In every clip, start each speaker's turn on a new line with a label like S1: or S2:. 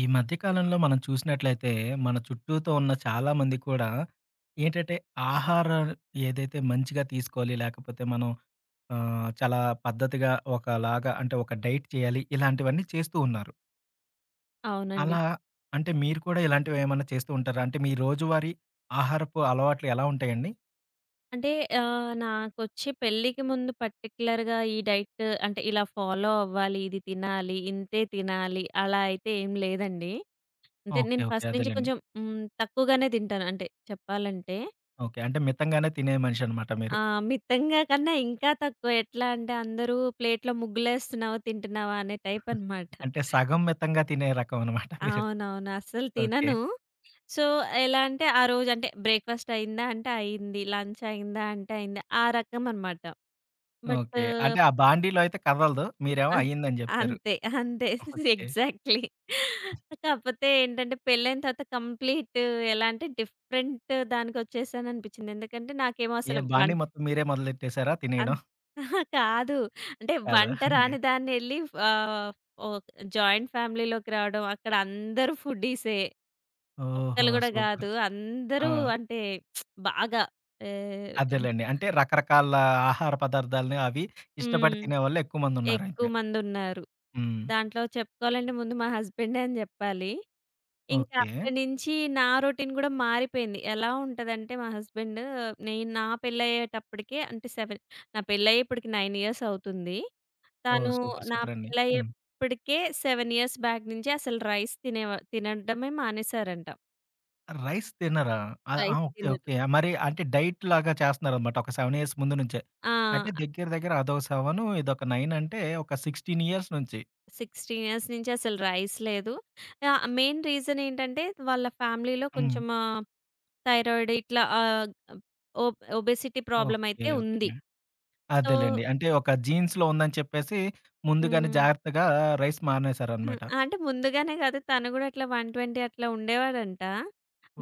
S1: ఈ మధ్య కాలంలో మనం చూసినట్లయితే, మన చుట్టూతో ఉన్న చాలామంది కూడా ఏంటంటే, ఆహారం ఏదైతే మంచిగా తీసుకోవాలి, లేకపోతే మనం చాలా పద్ధతిగా ఒకలాగా అంటే, ఒక డైట్ చేయాలి. ఇలాంటివన్నీ చేస్తూ ఉన్నారు.
S2: అవునండి.
S1: అలా అంటే, మీరు కూడా ఇలాంటివేమన్నా చేస్తూ ఉంటారా? అంటే, మీ రోజువారీ ఆహారపు అలవాట్లు ఎలా ఉంటాయండి?
S2: అంటే నాకొచ్చి పెళ్ళికి ముందు పర్టిక్యులర్‌గా ఈ డైట్ అంటే ఇలా ఫాలో అవ్వాలి, ఇది తినాలి, ఇంతే తినాలి అలా అయితే ఏం లేదండి. అంటే
S1: ఓకే.
S2: నేను
S1: ఓకే.
S2: ఫస్ట్ నుంచి
S1: అదేలెండి.
S2: కొంచెం తక్కువగానే తింటాను. అంటే చెప్పాలంటే
S1: ఓకే. అంటే, మితంగానే తినే మనిషనమాట మీరు.
S2: మితంగా కన్నా ఇంకా తక్కువ. ఎట్లా అంటే అందరూ ప్లేట్‌లో ముగ్గులేస్తున్నావు తింటున్నావా అనే టైప్ అనమాట.
S1: అంటే, సగం మితంగా తినే రకం అనమాట మీరు.
S2: అవునవును. అస్సలు
S1: ఓకే.
S2: తినను. సో, ఎలా అంటే ఆ రోజు అంటే బ్రేక్‌ఫాస్ట్ అయిందా అంటే అయింది. లంచ్ అయిందా అంటే అయింది. ఆ రకం అనమాట. బట్.
S1: ఓకే. అంటే, ఆ బాండీలో అయితే కదలదు. మీరేమో
S2: ఆ!
S1: అయిందని జెప్తారు.
S2: అంతే. అంతే.
S1: ఓకే.
S2: ఎగ్జాక్ట్‌లీ. కాకపోతే ఏంటంటే పెళ్ళైన తర్వాత కంప్లీట్ ఎలా అంటే డిఫరెంట్ దానికొచ్చేసాననిపించింది. ఎందుకంటే నాకేమో
S1: ఏ
S2: అసలు వం
S1: బాండీ
S2: అన్
S1: మొత్తం మీరే మొదలెట్టేసారా తినేయడం?
S2: అహా! కాదు. అంటే
S1: కాదా?
S2: వంట
S1: ఓకే.
S2: రాని దాన్ని ఎళ్లి ఆహ్, ఒక జాయింట్ ఫ్యామిలీలోకి రావడం, అక్కడ అందరూ ఫుడ్డీసే.
S1: ఓహో!
S2: ఒక్కళ్ళు గూడా
S1: సూపర్.
S2: గాదు.
S1: ఆ!
S2: అందరూ అంటే బాగా ఆహ్,
S1: అదేలెండి. అంటే రకరకాల ఆహార పదార్థాలని అవి ఇష్టపడి
S2: హ్మ్.
S1: తినేవాళ్ళు ఎక్కువ మందున్నారైతే.
S2: ఎక్కువ మందున్నారు.
S1: హ్మ్.
S2: దాంట్లో చెప్పుకోవాలంటే ముందు మా హస్బెండే అని జెప్పాలి. ఇంకా
S1: ఓకే.
S2: అక్కడి నుంచి నా రొటీన్ గూడా మారిపోయింది. ఎలా ఉంటదంటే మా హస్బెండ్ నేను నా పెళ్లయ్యేటప్పటికే అంటే 7 నా పెళ్లయ్యి ఇప్పటికి 9 ఇయర్స్ అవుతుంది.
S1: ఓహ్!
S2: తను
S1: సూపర్,
S2: నా
S1: సూపర్ అండి. హ్మ్.
S2: పెళ్లయ్యేప్పటికే 7 ఇయర్స్ బ్యాక్ నుంచి అసలు రైస్ తినడమే మానేసారంట.
S1: రైస్ తినరా? ఆ! ఆ!
S2: Rice
S1: okay.
S2: తినరు.
S1: ఓకే. మరి అంటే డైట్ లాగా చేస్తన్నారనమాట. ఒక 7 ఇయర్స్ ముందు నుంచే.
S2: ఆ!
S1: అంటే దగ్గర దగ్గర అదొక 7 ఇదొక 9 అంటే ఒక 16 ఇయర్స్ నుంచి.
S2: 16 ఇయర్స్ నుంచి అసలు రైస్ లేదు. మెయిన్ రీజన్ ఏంటంటే వాళ్ళ ఫ్యామిలీలో
S1: హ్మ్.
S2: కొంచెం థైరాయిడ్ ఇట్లా ఒ ఒబెసిటీ ప్రాబ్లమ్
S1: ఓకే.
S2: అయితే
S1: ఓకే.
S2: ఉంది. సో
S1: అదేలెండి. అంటే ఒక జీన్స్‌లో ఉందని చెప్పేసి ముందుగానే
S2: హ్మ్.
S1: జాగ్రత్తగా రైస్
S2: హ్మ్.
S1: మానేసారనమాట.
S2: అంటే ముందుగానే కాదు. తను గూడా అట్లా 120 అట్లా ఉండేవాడంట.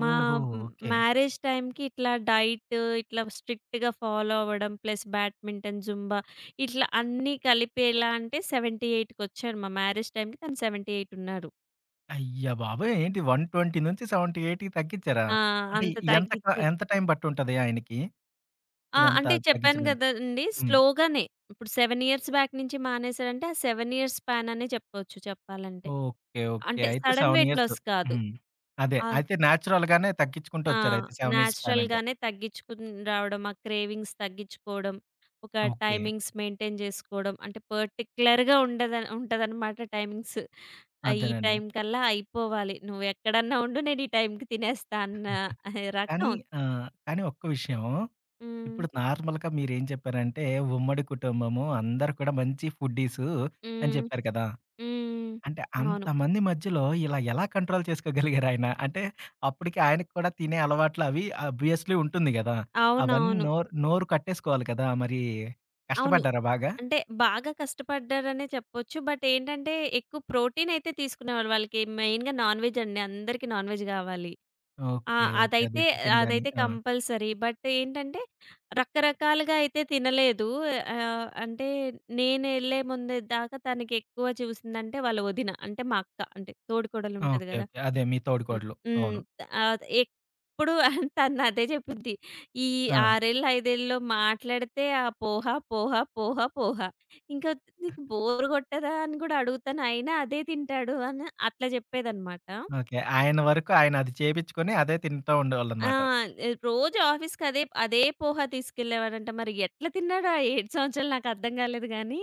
S2: మా
S1: ఓహో!
S2: మ్
S1: ఓకే.
S2: మ్యారేజ్ టైమ్‌కి ఇట్లా డైట్ ఇట్లా స్ట్రిక్ట్‌గా ఫాలో అవ్వడం, ప్లస్ బ్యాడ్మింటన్, జుంబా ఇట్లా అన్నీ కలిపి ఎలా అంటే 78కొచ్చారు. మా మ్యారేజ్ టైమ్‌కి తను 78 ఉన్నారు.
S1: అయ్య బాబోయ్! ఏంటి 120-70, 80 తగ్గించారా?
S2: ఆ!
S1: అంటే
S2: అంత తగ్గిచ్చారు.
S1: ఎంత టైం పట్టుంటది ఆయనకి
S2: ఆ!
S1: ఇదంతా
S2: అంటే చెప్పాను
S1: తగ్గించడానికి?
S2: కదండీ,
S1: హ్మ్.
S2: స్లోగానే. ఇప్పుడు 7 ఇయర్స్ బ్యాక్ నుంచి మానేసాడంటే ఆ 7 ఇయర్స్ స్పాన్ అనే చెప్పుకోవచ్చు చెప్పాలంటే.
S1: ఓకే. ఓకే.
S2: అంటే
S1: అయితే
S2: సడెన్
S1: 7
S2: వెయిట్
S1: ఇయర్స్.
S2: లాస్ కాదు.
S1: హ్మ్. అదే.
S2: ఆ!
S1: అయితే నేచురల్‌గానే తగ్గించుకుంటూ
S2: ఆ!
S1: వచ్చారు అయితే 7 ఇయర్స్ ప్లాన్ అంటే.
S2: నేచురల్‌గానే తగ్గించుకుని రావడం. ఆ క్రేవింగ్స్ తగ్గించుకోవడం. ఒక
S1: ఓకే.
S2: టైమింగ్స్ మెయింటైన్ చేసుకోవడం. అంటే పర్టిక్యులర్‌గా ఉంటదనమాట టైమింగ్స్. ఈ
S1: అదేనండి.
S2: టైం కల్లా అయిపోవాలి. నువ్వు ఎక్కడన్నా ఉండు, నేను ఈ టైంకి తినేస్తా అన్న
S1: కానీ
S2: రకం.
S1: కానీ ఒక్క విషయం
S2: హ్మ్.
S1: ఇప్పుడు నార్మల్‌గా మీరేం చెప్పారంటే, ఉమ్మడి కుటుంబము, అందరూ కూడా మంచి ఫుడ్డీసు అని
S2: హ్మ్.
S1: చెప్పారు కదా!
S2: హ్మ్.
S1: అంటే
S2: అవును.
S1: అంతమంది మధ్యలో ఇలా ఎలా కంట్రోల్ చేసుకోగలిగారాయన? అంటే అప్పటికి ఆయనకి కూడా తినే అలవాట్లు అవి ఆబ్వియస్‌లీ ఉంటుంది గదా! అవన్నీ
S2: అవునవును.
S1: నోరు నోరు కట్టేసుకోవాలి కదా! మరి
S2: అవును.
S1: కష్టపడ్డారా బాగా?
S2: అంటే బాగా కష్టపడ్డారనే చెప్పొచ్చు. బట్ ఏంటంటే ఎక్కువ ప్రోటీన్ అయితే తీసుకునేవాళ్ళు. వాళ్ళకి మెయిన్‌గా నాన్ వెజ్ అండి. అందరికీ నాన్ వెజ్ కావాలి. ఆ!
S1: ఓకే. ఓకే. అదే
S2: అదైతే
S1: చికెన్ గాని.
S2: అదైతే
S1: ఆ!
S2: కంపల్సరీ. బట్ ఏంటంటే, రకరకాలుగా అయితే తినలేదు. అంటే నేనెళ్ళే ముందు దాకా తనకెక్కువ చూసిందంటే వాళ్ళ వదిన. అంటే మా అక్క. అంటే తోడికోడలుంటది
S1: ఓకే.
S2: గదా.
S1: ఓకే. అదే మీ
S2: హ్మ్.
S1: తోడికోడలు.
S2: హ్మ్.
S1: అవును.
S2: ఎప్పుడు తను అదే జెప్పుద్ది. ఈ
S1: ఆ!
S2: 6 ఏళ్ళు, 5 ఏళ్ళలో మాట్లాడితే ఆ పోహ, పోహ, పోహ, పోహ. ఇంకా నీకు బోర్ గొట్టదా అని గూడా అడుగుతాను. అయినా అదే తింటాడు అని అట్లా జెప్పేదనమాట.
S1: ఓకే. ఆయన వరకు ఆయన అది చేపిచ్చుకొని అదే తింటూ
S2: ఆ!
S1: ఉండేవాళ్ళనమాట.
S2: ఎ రోజు ఆఫీస్‌కి అదే అదే పోహా తీసుకెళ్ళేవాడంట. మరి ఎట్లా తిన్నాడు ఆ 7 సంవత్సరాలు నాకర్థం కాలేదు గానీ.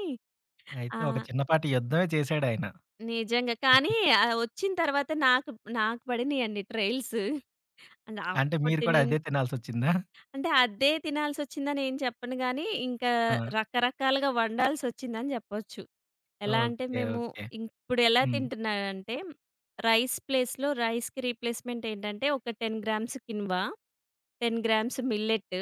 S1: అయితే
S2: ఆ!
S1: ఒక చిన్నపాటి యుద్ధమే చేసాడాయన.
S2: నిజంగా. కానీ వచ్చిన తర్వాత నాకు నాకు పడినియండి ట్రైల్స్. అండ్
S1: అంటే మీరు
S2: అప్పటి
S1: కూడా
S2: నిన్
S1: అదే తినాల్సొచ్చిందా?
S2: అంటే అదే తినాల్సొచ్చిందని ఏం చెప్పను గానీ, ఇంకా
S1: ఆ!
S2: రకరకాలుగా వండాల్సొచ్చిందని చెప్పొచ్చు. ఎలా అంటే
S1: ఓకే.
S2: మేము
S1: ఓకే.
S2: ఇప్పుడెలా
S1: హ్మ్.
S2: తింటున్నానంటే, రైస్ ప్లేస్‌లో రైస్‌కి రీప్లేస్‌మెంట్ ఏంటంటే, ఒక 10 grams quinoa, 10 grams millet,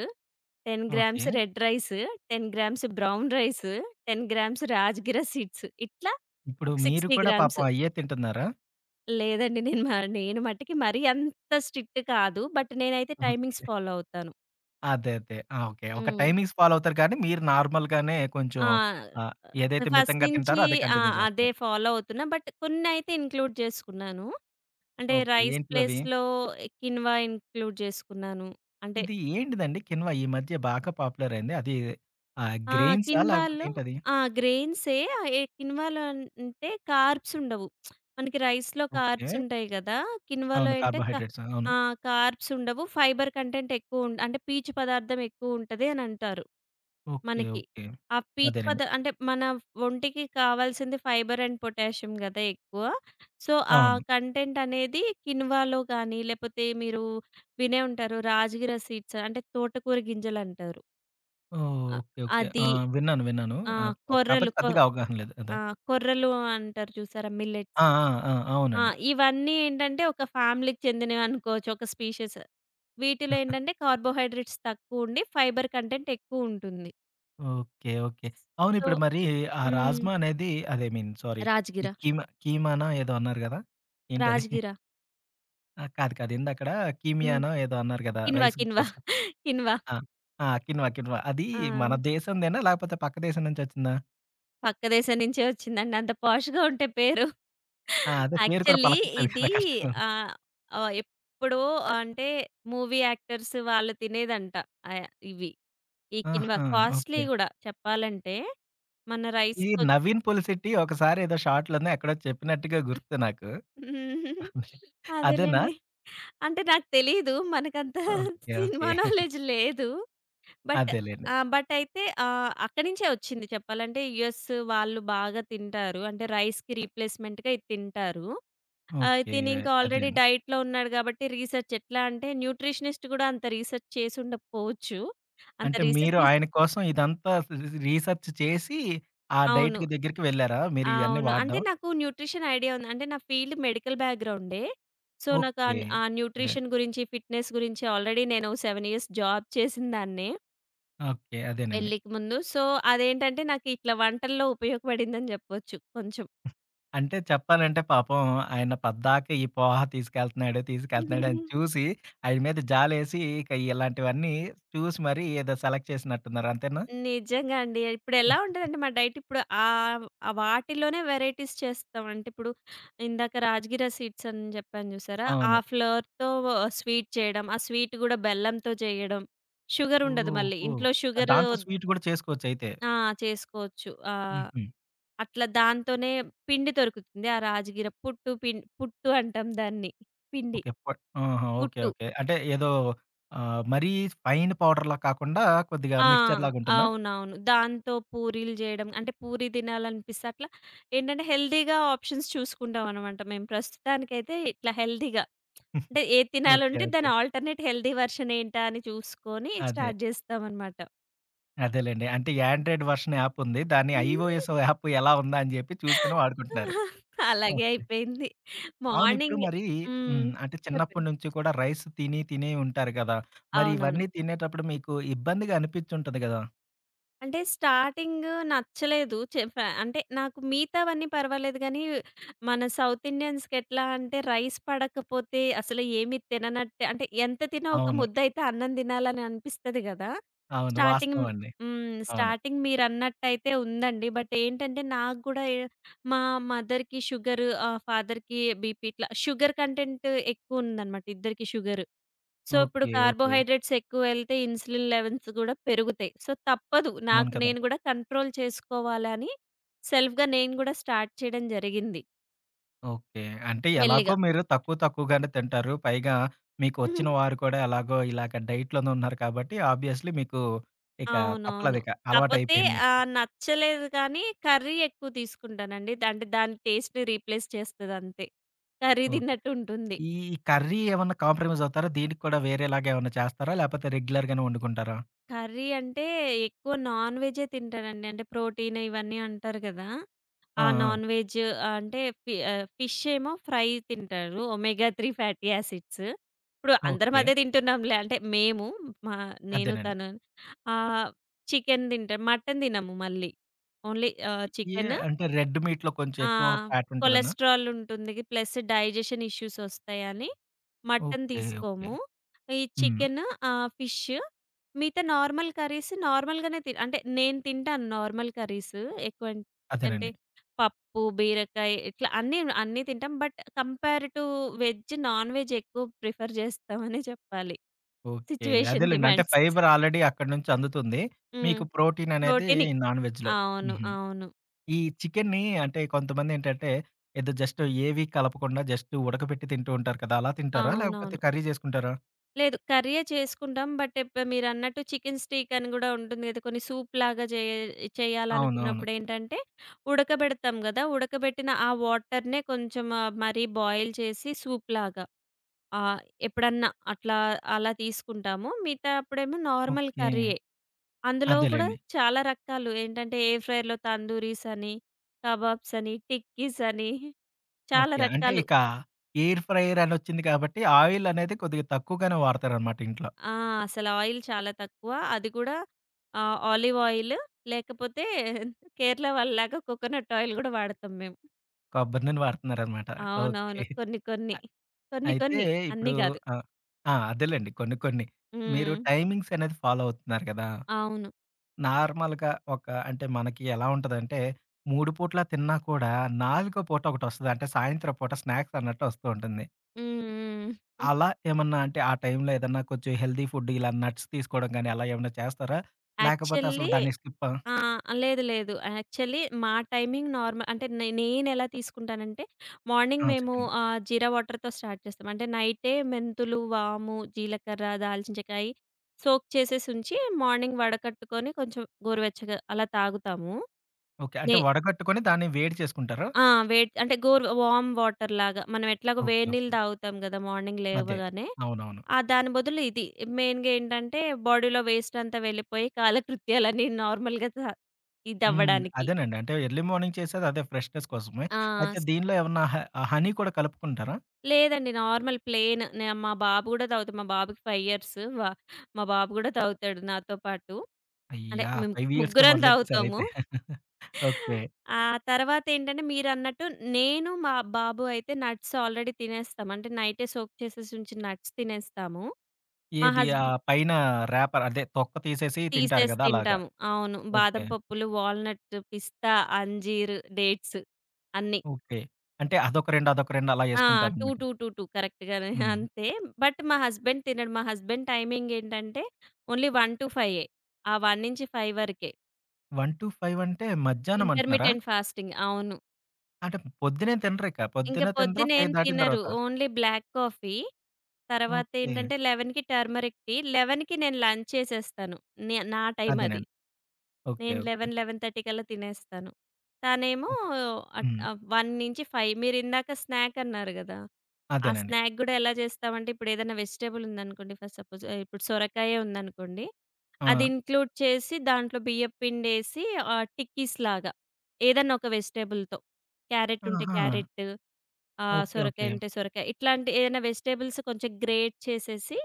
S2: 10
S1: okay.
S2: Grams red rice, 10 grams brown rice, 10 grams రాజగిర సీడ్స్, ఇట్లా
S1: ఇప్పుడు
S2: ఒక
S1: మీరు
S2: 60
S1: కూడా
S2: గ్రామ్స్.
S1: పాపం అయ్యే తింటున్నారా?
S2: లేదండి, నేను మటికి మరీ అంత స్ట్రిక్ట్ కాదు. బట్ నేనైతే టైమింగ్స్
S1: ఓకే.
S2: ఫాలో అవుతాను.
S1: అదే. అదే. ఆ! ఓకే. ఒక
S2: హ్మ్.
S1: టైమింగ్స్ ఫాలో అవుతారు కానీ, మీరు నార్మల్‌గానే కొంచెం
S2: ఆ!
S1: ఆహ్, ఏదైతే
S2: ఫస్ట్
S1: మితంగా
S2: నుంచి
S1: తింటారో అదే
S2: ఆ!
S1: కంటిన్యూ
S2: అదే
S1: చేస్తున్నారు.
S2: ఫాలో అవుతున్నా. బట్ కొన్నైతే ఇంక్లూడ్ చేసుకున్నాను. అంటే
S1: ఓకే.
S2: రైస్
S1: ఏంటివవి?
S2: ప్లేస్‌లో కిన్వా ఇంక్లూడ్ చేసుకున్నాను. అంటే
S1: ఇది ఏంటిదండి కిన్వా ఈ మధ్య బాగా పాపులర్ అయింది. అది
S2: ఆ!
S1: గ్రెయిన్సా? లేకపోతే
S2: కిన్వాలో
S1: ఏంటది?
S2: ఆ! గ్రెయిన్సే. కిన్వాలో అంటే కార్బ్స్ ఉండవు. మనకి రైస్‌లో
S1: ఓకే.
S2: కార్బ్స్ ఉంటాయి కదా. కిన్వాలో
S1: అవును.
S2: అంటే క
S1: కార్బోహైడ్రేట్స్. అవును.
S2: ఆ! కార్బ్స్ ఉండవు. ఫైబర్ కంటెంట్ ఎక్కువ ఉం అంటే పీచు పదార్థం ఎక్కువ ఉంటది అని అంటారు
S1: ఓకే.
S2: మనకి.
S1: ఓకే.
S2: ఆ పీచు పద
S1: అదేనండి.
S2: అంటే మన ఒంటికి కావాల్సింది ఫైబర్ అండ్ పొటాషియం గదా ఎక్కువ. సో, ఆ
S1: అవును.
S2: కంటెంట్ అనేది కిన్వాలో గానీ, లేపోతే మీరు వినే ఉంటారు రాజగిర సీడ్స్ అంటే తోటకూర గింజలంటారు.
S1: ఓహ్!
S2: అ
S1: ఓకే. ఓకే. ఆ!
S2: అది.
S1: విన్నాను. విన్నాను.
S2: ఆ!
S1: ఆహ్,
S2: కొర్రలు
S1: కాకపోతే
S2: కొ
S1: పెద్దగా అవగాహన లేదు. అదే.
S2: ఆ! కొర్రలు అంటారు చూసారా, మిల్లెట్స్.
S1: ఆ! ఆ! ఆ!
S2: ఆ!
S1: అవునండి.
S2: ఇవన్నీ ఏంటంటే ఒక ఫ్యామిలీకి చెందినవనుకోవచ్చు. ఒక స్పీషీస్. వీటిలో ఏంటంటే కార్బోహైడ్రేట్స్ తక్కువుండి, ఫైబర్ కంటెంట్ ఎక్కువుంటుంది.
S1: ఓకే. ఓకే. అవును
S2: సో
S1: ఇప్పుడు మరి ఆ
S2: హ్మ్.
S1: రాజ్మా అనేది అదే ఐ మీన్ సారీ. ఈ
S2: రాజగిర.
S1: కీమా కీమానో ఏదో అన్నారు గదా! ఏంటది?
S2: రాజగిర.
S1: ఆ! కాదు. కాదు. ఇందక్కడ
S2: హ్మ్.
S1: కీమియానో ఏదో అన్నారు గదా!
S2: కిన్వా,
S1: రైస్
S2: కిన్వా,
S1: ప్లేస్‌లో.
S2: కిన్వా.
S1: ఆ! ఆ! Quinoa, quinoa. అది
S2: ఆ!
S1: మన దేశందేనా? లేకపోతే పక్క దేశం నుంచి వచ్చిందా?
S2: పక్క దేశం నుంచే వచ్చిందండి. అంత పాష్‌గా ఉంటే పేరు.
S1: ఆ! అదే పేరు కూడా
S2: యాక్చువల్లీ
S1: పలకట్లేదు
S2: ఇది
S1: కదా! కష్టంగా ఉంది.
S2: ఆహ్, ఎప్పుడో అంటే మూవీ యాక్టర్స్ వాళ్ళు తినేదంట. ఇవి. ఈ కిన్వా
S1: ఆహా!
S2: Costly
S1: okay.
S2: గూడా చెప్పాలంటే. మన
S1: ఈ
S2: రైస్‌కొ
S1: నవీన్ పొలిశెట్టి ఒకసారి ఏదో షార్ట్‌లోనో ఎక్కడో చెప్పినట్టుగా గుర్తు నాకు.
S2: హ్మ్.
S1: అదేనా?
S2: అదేలెండి. అంటే నాకు తెలీదు. మనకంత
S1: ఓకే.
S2: Cinema
S1: okay.
S2: నాలెడ్జ్ లేదు. బట్.
S1: అదేలెండి.
S2: ఆ! బట్ అయితే అక్కడి నుంచే వచ్చింది చెప్పాలంటే. యూఎస్ వాళ్ళు బాగా తింటారు. అంటే రైస్‌కి రీప్లేస్‌మెంట్‌గా ఇది తింటారు. ఆహ్,
S1: ఓకే.
S2: తినింకా ఆల్రెడీ
S1: అదేండి.
S2: డైట్‌లో ఉన్నాడు కాబట్టి రీసెర్చ్ ఎట్లా అంటే న్యూట్రిషనిస్ట్ కూడా అంత రీసెర్చ్ చేసుండకపోవచ్చు. అంత
S1: అంటే
S2: రీసెర్చ్
S1: మీరు
S2: చేసి.
S1: ఆయన కోసం ఇదంతా స్ స్ రీసెర్చ్ చేసి ఆ
S2: అవును.
S1: డైట్‌కి దగ్గరికి వెళ్లారా? మీరు ఇవన్నీ
S2: అవును. అంటే
S1: వాడడం.
S2: నాకు న్యూట్రిషన్ ఐడియా ఉంది. అంటే నా ఫీల్డ్ మెడికల్ బ్యాక్‌గ్రౌండే. సో, నాకు ఆ
S1: ఓకే.
S2: న్ ఆ
S1: అదే.
S2: న్యూట్రిషన్ గురించి, ఫిట్‌నెస్ గురించి ఆల్రెడీ నేను 7 ఇయర్స్ జాబ్ చేసినదాన్నే
S1: ఓకే. అదేనండి.
S2: పెళ్ళికి ముందు. సో, అదేంటంటే నాకు ఇట్లా వంటల్లో ఉపయోగపడిందని జెప్పొచ్చు కొంచెం.
S1: అంటే చెప్పాలంటే పాపం ఆయన పద్దాక ఈ పోహ తీసుకెళ్తున్నాడు, తీసుకెళ్తున్నాడు అని చూసి ఆయన మీద జాలేసి ఇక ఇలాంటివన్నీ చూసి మరి ఏదో సెలెక్ట్ చేసినట్టున్నారు. అంతేనా?
S2: నిజంగా అండి. ఇప్పుడెలా ఉంటదంటే మా డైట్ ఇప్పుడు ఆ వాటిలోనే వెరైటీస్ చేస్తాం. అంటే ఇప్పుడు ఇందాక రాజగిర సీడ్స్ అని జెప్పాను జూసారా? ఆ
S1: అవును.
S2: ఫ్లవర్‌తో స్వీట్ చేయడం. ఆ స్వీట్ గూడా బెల్లంతో చేయడం. షుగర్ ఉండదు మళ్ళీ.
S1: ఓహో!
S2: ఇంట్లో షుగర్
S1: దాంతో
S2: ఒద్
S1: స్వీట్ కూడా చేసుకోవచ్చయితే.
S2: ఆ! చేసుకోవచ్చు.
S1: హుహు.
S2: అట్లా దాంతోనే పిండి దొరుకుతుంది. ఆ రాజగిర పుట్టు అంటాం దాన్ని. పిండి.
S1: ఓకే. ఆహా! ఓకే.
S2: పుట్టు.
S1: ఓకే. అంటే ఏదో మరీ ఫైన్ పౌడర్‌లా కాకుండా కొద్దిగా
S2: ఆ!
S1: మిక్స్చర్‌లాగా ఉంటుందా?
S2: అవునవును. దాంతో పూరీలు జేయడం. అంటే పూరి తినాలనిపిస్తే అట్లా ఏంటంటే హెల్తీగా ఆప్షన్స్ చూసుకుంటామనమాట మేము. ప్రస్తుతానికైతే ఇట్లా హెల్తీగా అంటే ఏది
S1: ఓకే.
S2: తినాలంటే
S1: ఓకే.
S2: దాని ఆల్టర్‌నేట్ హెల్తీ వెర్షన్ ఏంటా అని చూసుకొని
S1: అదే.
S2: స్టార్ట్ జేస్తామనమాట.
S1: అదేలెండి. అంటే యాండ్రాయిడ్ వర్షన్ యాప్ ఉంది. దాన్ని iOS యాప్ ఎలా ఉందా అని చెప్పి చూసుకొని వాడుకుంటున్నారు.
S2: అలాగే
S1: ఓకే.
S2: అయిపోయింది.
S1: అవును. ఇప్పుడు
S2: మార్నింగ్.
S1: మరి
S2: హ్మ్.
S1: హ్మ్. అంటే చిన్నప్పటి
S2: చెప్పండి.
S1: నుంచి కూడా రైస్ తిని, తిని ఉంటారు కదా! మరి
S2: అవునవును.
S1: ఇవన్నీ తినేటప్పుడు మీకు ఇబ్బందిగా అనిపించుంటది కదా!
S2: అంటే స్టార్టింగ్ నచ్చలేదు. చె ఫ అంటే నాకు మిగతావన్నీ పర్వాలేదు గానీ, మన సౌత్ ఇండియన్స్‌కి ఎట్లా అంటే రైస్ పడకపోతే అసలు ఏమి తిననట్టే. అంటే ఎంత తినా ఒక
S1: అవును.
S2: ముద్దయితే అన్నం తినాలని అనిపిస్తది గదా.
S1: అవును.
S2: స్టార్టింగ్
S1: వాస్తవం అండి.
S2: హ్మ్.
S1: అవును.
S2: స్టార్టింగ్ మీరన్నట్టయితే ఉందండి. బట్ ఏంటంటే నాకు గూడా మా మదర్‌కి షుగరు, ఫాదర్‌కి బీపీ, ఇట్లా షుగర్ కంటెంట్ ఎక్కువుందనమాట, ఇద్దరికీ షుగరు. సో, ఇప్పుడు
S1: ఓకే. ఓకే.
S2: కార్బోహైడ్రేట్స్ ఎక్కువెళ్తే ఇన్సులిన్ లెవెల్స్ గూడా పెరుగుతాయి. సో, తప్పదు.
S1: అవును
S2: నాకు
S1: కదా!
S2: నేను గూడా కంట్రోల్ చేసుకోవాలని సెల్ఫ్‌గా నేను గూడా స్టార్ట్ చేయడం జరిగింది.
S1: ఓకే. అంటే ఎలాగో
S2: మెల్లిగా.
S1: మీరు తక్కువ తక్కువగానే తింటారు. పైగా మీకు
S2: హుహు.
S1: వచ్చిన వారు కూడా ఎలాగో ఇలాగ డైట్‌లోనే ఉన్నారు కాబట్టి ఆబ్వియస్‌లీ మీకు ఇక
S2: అవునవును.
S1: తప్పలేదిక
S2: కాపోతే
S1: అలవాటైపోయింది.
S2: నచ్చలేదు కానీ కర్రీ ఎక్కువ తీసుకుంటానండి. అంటే దాని టేస్ట్‌ని రీప్లేస్ చేస్తదంతే. Curry
S1: okay.
S2: తిన్నట్టు ఉంటుంది.
S1: ఈ కర్రీ ఏమన్నా కాంప్రమైజ్ అవుతారా? దీనికి కూడా వేరేలాగా ఏమన్నా చేస్తారా? లేపోతే రెగ్యులర్‌గానే వండుకుంటారా?
S2: కర్రీ అంటే ఎక్కువ నాన్ వెజ్జే తింటానండి. అంటే ప్రోటీన్ ఇవన్నీ అంటారు గదా.
S1: ఆ!
S2: ఆ
S1: ఆ!
S2: నాన్ వెజ్ ఫిష్ ఏమో ఫ్రై తింటారు. Omega 3 fatty acids. ఇప్పుడు అందరం
S1: ఓకే.
S2: అదే తింటున్నాంలే. అంటే మేము మా నేను,
S1: అదేనండి.
S2: తను. ఆహ్, చికెన్ తింటాం. మటన్ తినము మళ్ళీ. Only
S1: a
S2: chicken.
S1: అంటే రెడ్ మీట్‌లో కొంచెం
S2: ఆ!
S1: ఎక్కువ ఫ్యాట్ ఉంటదనా?
S2: కొలెస్ట్రాల్ ఉంటుంది. ప్లస్ డైజెషన్ ఇష్యూస్ ఒస్తాయని మటన్
S1: ఓకే. ఓకే.
S2: తీసుకోము. ఈ
S1: హ్మ్.
S2: Chicken, fish. మిగతా నార్మల్ కర్రీస్ నార్మల్‌గానే అంటే నేను తింటాను నార్మల్ కర్రీస్. ఎక్కువ అంటే
S1: అదేనండి.
S2: పప్పు, బీరకాయ, ఇట్లా అన్నీ అన్నీ తింటాం. But compare to veg, non veg ఎక్కువ ప్రిఫర్ చేస్తామనే చెప్పాలి.
S1: ఓకే.
S2: సిట్యుయేషన్
S1: అదేలెండి. అంటే
S2: డిమాండ్స్.
S1: ఫైబర్ ఆల్రెడీ అక్కడి నుంచి అందుతుంది.
S2: హ్మ్.
S1: మీకు ప్రోటీన్ అనేది
S2: ప్రోటీన్.
S1: నాన్ వెజ్‌లో.
S2: అవును.
S1: హుహు.
S2: అవును.
S1: ఈ చికెన్‌ని అంటే కొంతమందేంటంటే, ఏదో జస్ట్ ఏవి కలపకుండా జస్ట్ ఉడకబెట్టి తింటూ ఉంటారు కదా! అలా తింటారా? లేకపోతే
S2: అవునవును.
S1: కర్రీ చేసుకుంటారా?
S2: లేదు. కర్రీయే చేసుకుంటాం. బట్ మీరన్నట్టు చికెన్ స్టీక్ అని గూడా ఉంటుంది గదా. కొన్ని సూప్‌లాగా
S1: అవునవును.
S2: చేయాలనుకున్నప్పుడేంటంటే, ఉడకబెడతాం గదా. ఉడకబెట్టిన ఆ వాటర్‌నే కొంచెం మరీ బాయిల్ చేసి సూప్‌లాగా ఆహ్, ఎప్పుడన్నా అట్లా అలా తీసుకుంటాము. మిగతా అప్పుడేమో నార్మల్
S1: ఓకే.
S2: కర్రీయే. అందులో గూడా
S1: అదేలెండి.
S2: చాలా రకాలు ఏంటంటే, ఎయిర్ ఫ్రైయర్‌లో తందూరీసని, కబాబ్సని, టిక్కీసని, చాలా
S1: ఓకే. అంటే
S2: రకాలు.
S1: ఇక ఎయిర్ ఫ్రైయర్ అనొచ్చింది కాబట్టి, ఆయిల్ అనేది కొద్దిగా తక్కువగానే వాడతారనమాట ఇంట్లో.
S2: ఆ! అసలు ఆయిల్ చాలా తక్కువ. అది కూడా ఆలివ్ ఆయిల్, లేకపోతే కేరళ వాళ్ళలాగా కోకోనట్ ఆయిల్ గూడా వాడతాం మేము.
S1: కొబ్బరి నూనె వాడుతున్నారనమాట. ఓకే.
S2: అవునవును. కొన్ని కొన్ని.
S1: అ
S2: కొన్ని
S1: అయితే
S2: కొన్ని.
S1: ఇప్పుడు
S2: అన్నీ గాదు.
S1: ఆ! ఆ! అదేలెండి కొన్ని కొన్ని. మీరు
S2: హ్మ్.
S1: టైమింగ్స్ అనేది ఫాలో అవుతున్నారు కదా!
S2: అవును.
S1: నార్మల్‌గా ఒక అంటే మనకి ఎలా ఉంటదంటే, 3 పూట్ల తిన్నా కూడా నాలుగో పూట ఒకటొస్తది. అంటే సాయంత్రం పూట స్నాక్స్ అన్నట్టు వస్తూ ఉంటుంది.
S2: హ్మ్.
S1: అలా
S2: హ్మ్.
S1: ఏమన్నా అంటే ఆ టైంలో ఏదన్నా కొంచెం హెల్తీ ఫుడ్ ఇలా నట్స్ తీసుకోవడం గాని అలా ఏమన్నా చేస్తారా? లేకపోతే అసలు
S2: యాక్చువల్లీ.
S1: దాన్ని స్కిప్పా?
S2: ఆ! లేదు. లేదు. యాక్చువల్లీ మా టైమింగ్ నార్మల్. అంటే నేనెలా తీసుకుంటానంటే మార్నింగ్
S1: ఆ!
S2: మేము
S1: చెప్పండి.
S2: జీరా వాటర్‌తో స్టార్ట్ చేస్తాం. అంటే నైటే మెంతులు, వాము, జీలకర్ర, దాల్చిన చెకాయి సోక్ చేసేసుంచి, మార్నింగ్ వడకట్టుకొని కొంచెం గోరువెచ్చగా అలా తాగుతాము.
S1: ఓకే. అంటే
S2: నే
S1: వడగట్టుకొని దాన్ని వేడి చేసుకుంటారా?
S2: ఆ! వేడ్ అంటే గోరు వార్మ్ వాటర్‌లాగా. మనం ఎట్లాగో
S1: ఓకే.
S2: వేడి నీళ్ళు
S1: ఓకే.
S2: తాగుతాం గదా మార్నింగ్
S1: అదే.
S2: లేవగానే.
S1: అవునవును.
S2: ఆ! దాని బదులు ఇది. మెయిన్‌గా ఏంటంటే బాడీలో వేస్ట్ అంతా వెళ్ళిపోయి కాలకృత్యాలన్నీ నార్మల్‌గా త
S1: హ్మ్.
S2: ఇదవ్వడానికి.
S1: అదేనండి. అంటే ఎర్లీ మార్నింగ్ చేసేది అదే ఫ్రెష్‌నెస్ కోసమే.
S2: ఆ!
S1: అయితే
S2: స్
S1: దీనిలో ఏమన్నా హనీ కూడా కలుపుకుంటారా?
S2: లేదండి. నార్మల్ ప్లెయిన్ నే. మా బాబు గూడా తాగుతాడు. మా బాబుకి 5 ఇయర్స్. మా బాబు గూడా తాగుతాడు నాతో పాటు. అంటే
S1: అయ్యా!
S2: మేము
S1: 5 ఇయర్స్‌కే
S2: ముగ్గురం తాగుతాము.
S1: మొదలెట్టేసారయితే. ఓకే.
S2: ఆ తర్వాతేంటంటే మీరన్నట్టు నేను, మా బాబు అయితే నట్స్ ఆల్రెడీ తినేస్తాం. అంటే నైటే సోక్ చేసేసి ఉంచిన నట్స్ తినేస్తాము. మా
S1: ఏది? ఆ
S2: హస్బెండ్.
S1: పైన ర్యాపర్ అదే తొక్క తీసేసి తింటారు
S2: తీసేసి
S1: గదా! అలాగా.
S2: తింటాము. అవును.
S1: ఓకే.
S2: బాదం పప్పులు, వాల్‌నట్, పిస్తా, అంజీర్, డేట్స్, అన్నీ.
S1: ఓకే. అంటే అదొక 2, అదొక 2 అలా
S2: ఆ! 2,
S1: యేసుకుంటారనమాట.
S2: 2, 2, 2 కరెక్ట్‌గానే
S1: హ్మ్.
S2: అంతే. బట్ మా హస్బెండ్ తినడు. మా హస్బెండ్ టైమింగ్ ఏంటంటే ఓన్లీ 1-5 ఏ. ఆ 1-5 వరకే.
S1: 1-5 అంటే మధ్యాహ్నం అంటున్నారా?
S2: Intermittent fasting. అవును.
S1: అంటే పొద్దున్నే తినరిక.
S2: ఇంక
S1: పొద్దున్నే తినరు
S2: పొద్దునేం
S1: 5 దాటిన
S2: తినరు.
S1: తర్వాత.
S2: Only black coffee.
S1: ఓకే.
S2: తర్వాతేంటంటే 11కి టర్మరిక్ టీ. 11కి నేను లంచ్ చేసేస్తాను. నా టైం అది.
S1: అదేనండి. ఓకే.
S2: నేను
S1: ఓకే.
S2: 11, 11:30 కల్లా తినేస్తాను. తనేమో
S1: ఓకే. హ్మ్.
S2: 1-5. మీరిందాక స్నాక్ అన్నారు గదా. ఆ
S1: అదేనండి.
S2: స్నాక్ గూడా ఎలా చేస్తామంటే ఇప్పుడేదైనా వెజిటబుల్ ఉందనుకోండి, ఫర్ సపోజ్ ఇప్పుడు సొరకాయే ఉందనుకోండి.
S1: ఆ!
S2: అది ఇంక్లూడ్ చేసి దాంట్లో బియ్యపు పిండేసి టిక్కీస్ లాగా ఏదన్నా ఒక వెజిటబుల్‌తో, క్యారెట్ ఉంటే
S1: ఆహా!
S2: క్యారెట్, ఆ!
S1: ఓకే.
S2: సొరకాయ
S1: ఓకే.
S2: ఉంటే సొరకాయ. ఇట్లాంటి ఏదైనా వెజిటబుల్స్ కొంచెం గ్రేట్ చేసేసి,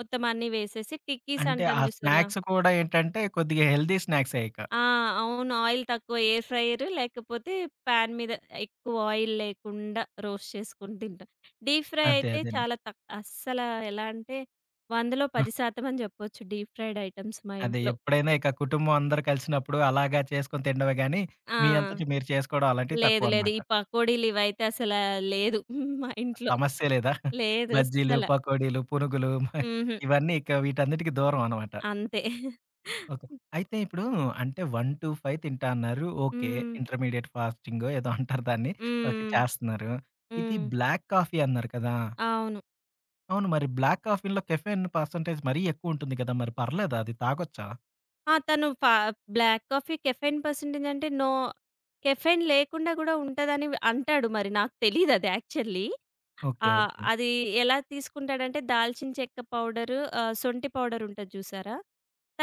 S2: మొత్తం అన్నీ వేసేసి టిక్కీస్
S1: అంటే
S2: అంటాం
S1: ఆ
S2: చూసారా?
S1: స్నాక్స్ కూడా ఏంటంటే కొద్దిగా హెల్తీ స్నాక్సే ఇక.
S2: ఆ! అవును. ఆయిల్ తక్కువ ఎయిర్ ఫ్రైయర్, లేకపోతే పాన్ మీద ఎక్కువ ఆయిల్ లేకుండా రోస్ట్ చేసుకొని తింటాం. డీప్ ఫ్రై
S1: అదే.
S2: అయితే
S1: అదేనండి.
S2: చాలా తక్ అస్సల, ఎలా అంటే 100లో 10% అని చెప్పొచ్చు డీప్ ఫ్రైడ్ ఐటెమ్స్ మా
S1: అదే.
S2: ఇంట్లో.
S1: ఎప్పుడైనా ఇక కుటుంబం అందరూ కలిసినప్పుడు అలాగా చేసుకొని తినడమే గానీ,
S2: ఆ!
S1: మీ అంతట మీరు చేసుకోవడం అలాంటివి
S2: లేదు. లేదు.
S1: తక్కువనమాట.
S2: ఈ పకోడీలు ఇవైతే లేదు మా ఇంట్లో.
S1: సమస్యే లేదా?
S2: లేదు
S1: బజ్జీలు,
S2: అస్సల.
S1: పకోడీలు, పునుగులు
S2: హుహు.
S1: ఇవన్నీ ఇక వీటన్నిటికి దూరం అనమాట.
S2: అంతే.
S1: ఓకే. అయితే ఇప్పుడు అంటే 1-5 తింటా అన్నారు. ఓకే.
S2: హ్మ్.
S1: ఇంటర్మీడియేట్ ఫాస్టింగో ఏదో అంటారు దాన్ని. ఓకే.
S2: హ్మ్.
S1: చేస్తున్నారు. ఇది
S2: హ్మ్.
S1: బ్లాక్ కాఫీ అన్నారు కదా!
S2: అవును.
S1: అవును. మరి బ్లాక్ కాఫీలో కెఫెన్ పర్సెంటేజ్ మరీ ఎక్కువుంటుంది కదా! మరి పర్లేదా అది తాగొచ్చా?
S2: ఆ! తను ఫ బ్లాక్ కాఫీ కెఫెయిన్ పర్సెంటేజ్ అంటే నో కెఫెయిన్ లేకుండా గూడా ఉంటదని అంటాడు మరి. నాకు తెలీదది యాక్చువల్లీ.
S1: ఓకే.
S2: ఆ!
S1: ఓకే.
S2: అది ఎలా తీసుకుంటాడంటే దాల్చిన చెక్క పౌడరు, సొంటి పౌడర్ ఉంటది జూసారా?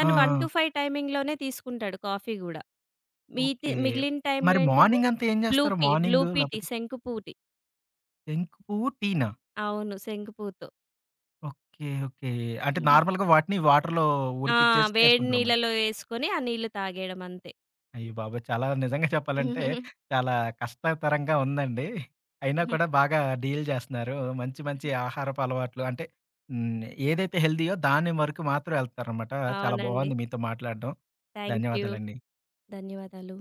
S1: ఆ! ఆ!
S2: 1-5 టైమింగ్‌లోనే తీసుకుంటాడు కాఫీ గూడా. మీతి
S1: ఓకే.
S2: మిగిలిన టైంలో
S1: మరి
S2: ఏంటంటే
S1: మార్నింగంతా ఏం
S2: బ్లూ
S1: జేస్తారు?
S2: Pea, blue
S1: morning
S2: pea tea
S1: లేపోతే
S2: శంకుపూ టీ.
S1: టెంకు పువ్వు టీనా?
S2: అవును. శంకుపూతో.
S1: ఓకే. ఓకే. అంటే నార్మల్‌గా వాటిని వాటర్‌లో
S2: ఆ!
S1: ఉడికిచ్చేసి
S2: వేడి
S1: చేసుకుంటారన్నమాట.
S2: నీళ్ళలో యేసుకొని ఆ నీళ్ళు తాగేయడం అంతే.
S1: అయ్య బాబోయ్! చాలా నిజంగా చెప్పాలంటే చాలా కష్టతరంగా ఉందండి. అయినా కూడా బాగా డీల్ జేస్తున్నారు. మంచి మంచి ఆహారపు అలవాట్లు అంటే హ్మ్. ఏదైతే హెల్తీయో దాని వరకు మాత్రం ఎళ్తారన్నమాట. చాలా
S2: అవునండి.
S1: బావుంది మీతో మాట్లాడడం.
S2: Thank you.
S1: ధన్యవాదాలండి.
S2: ధన్యవాదాలు.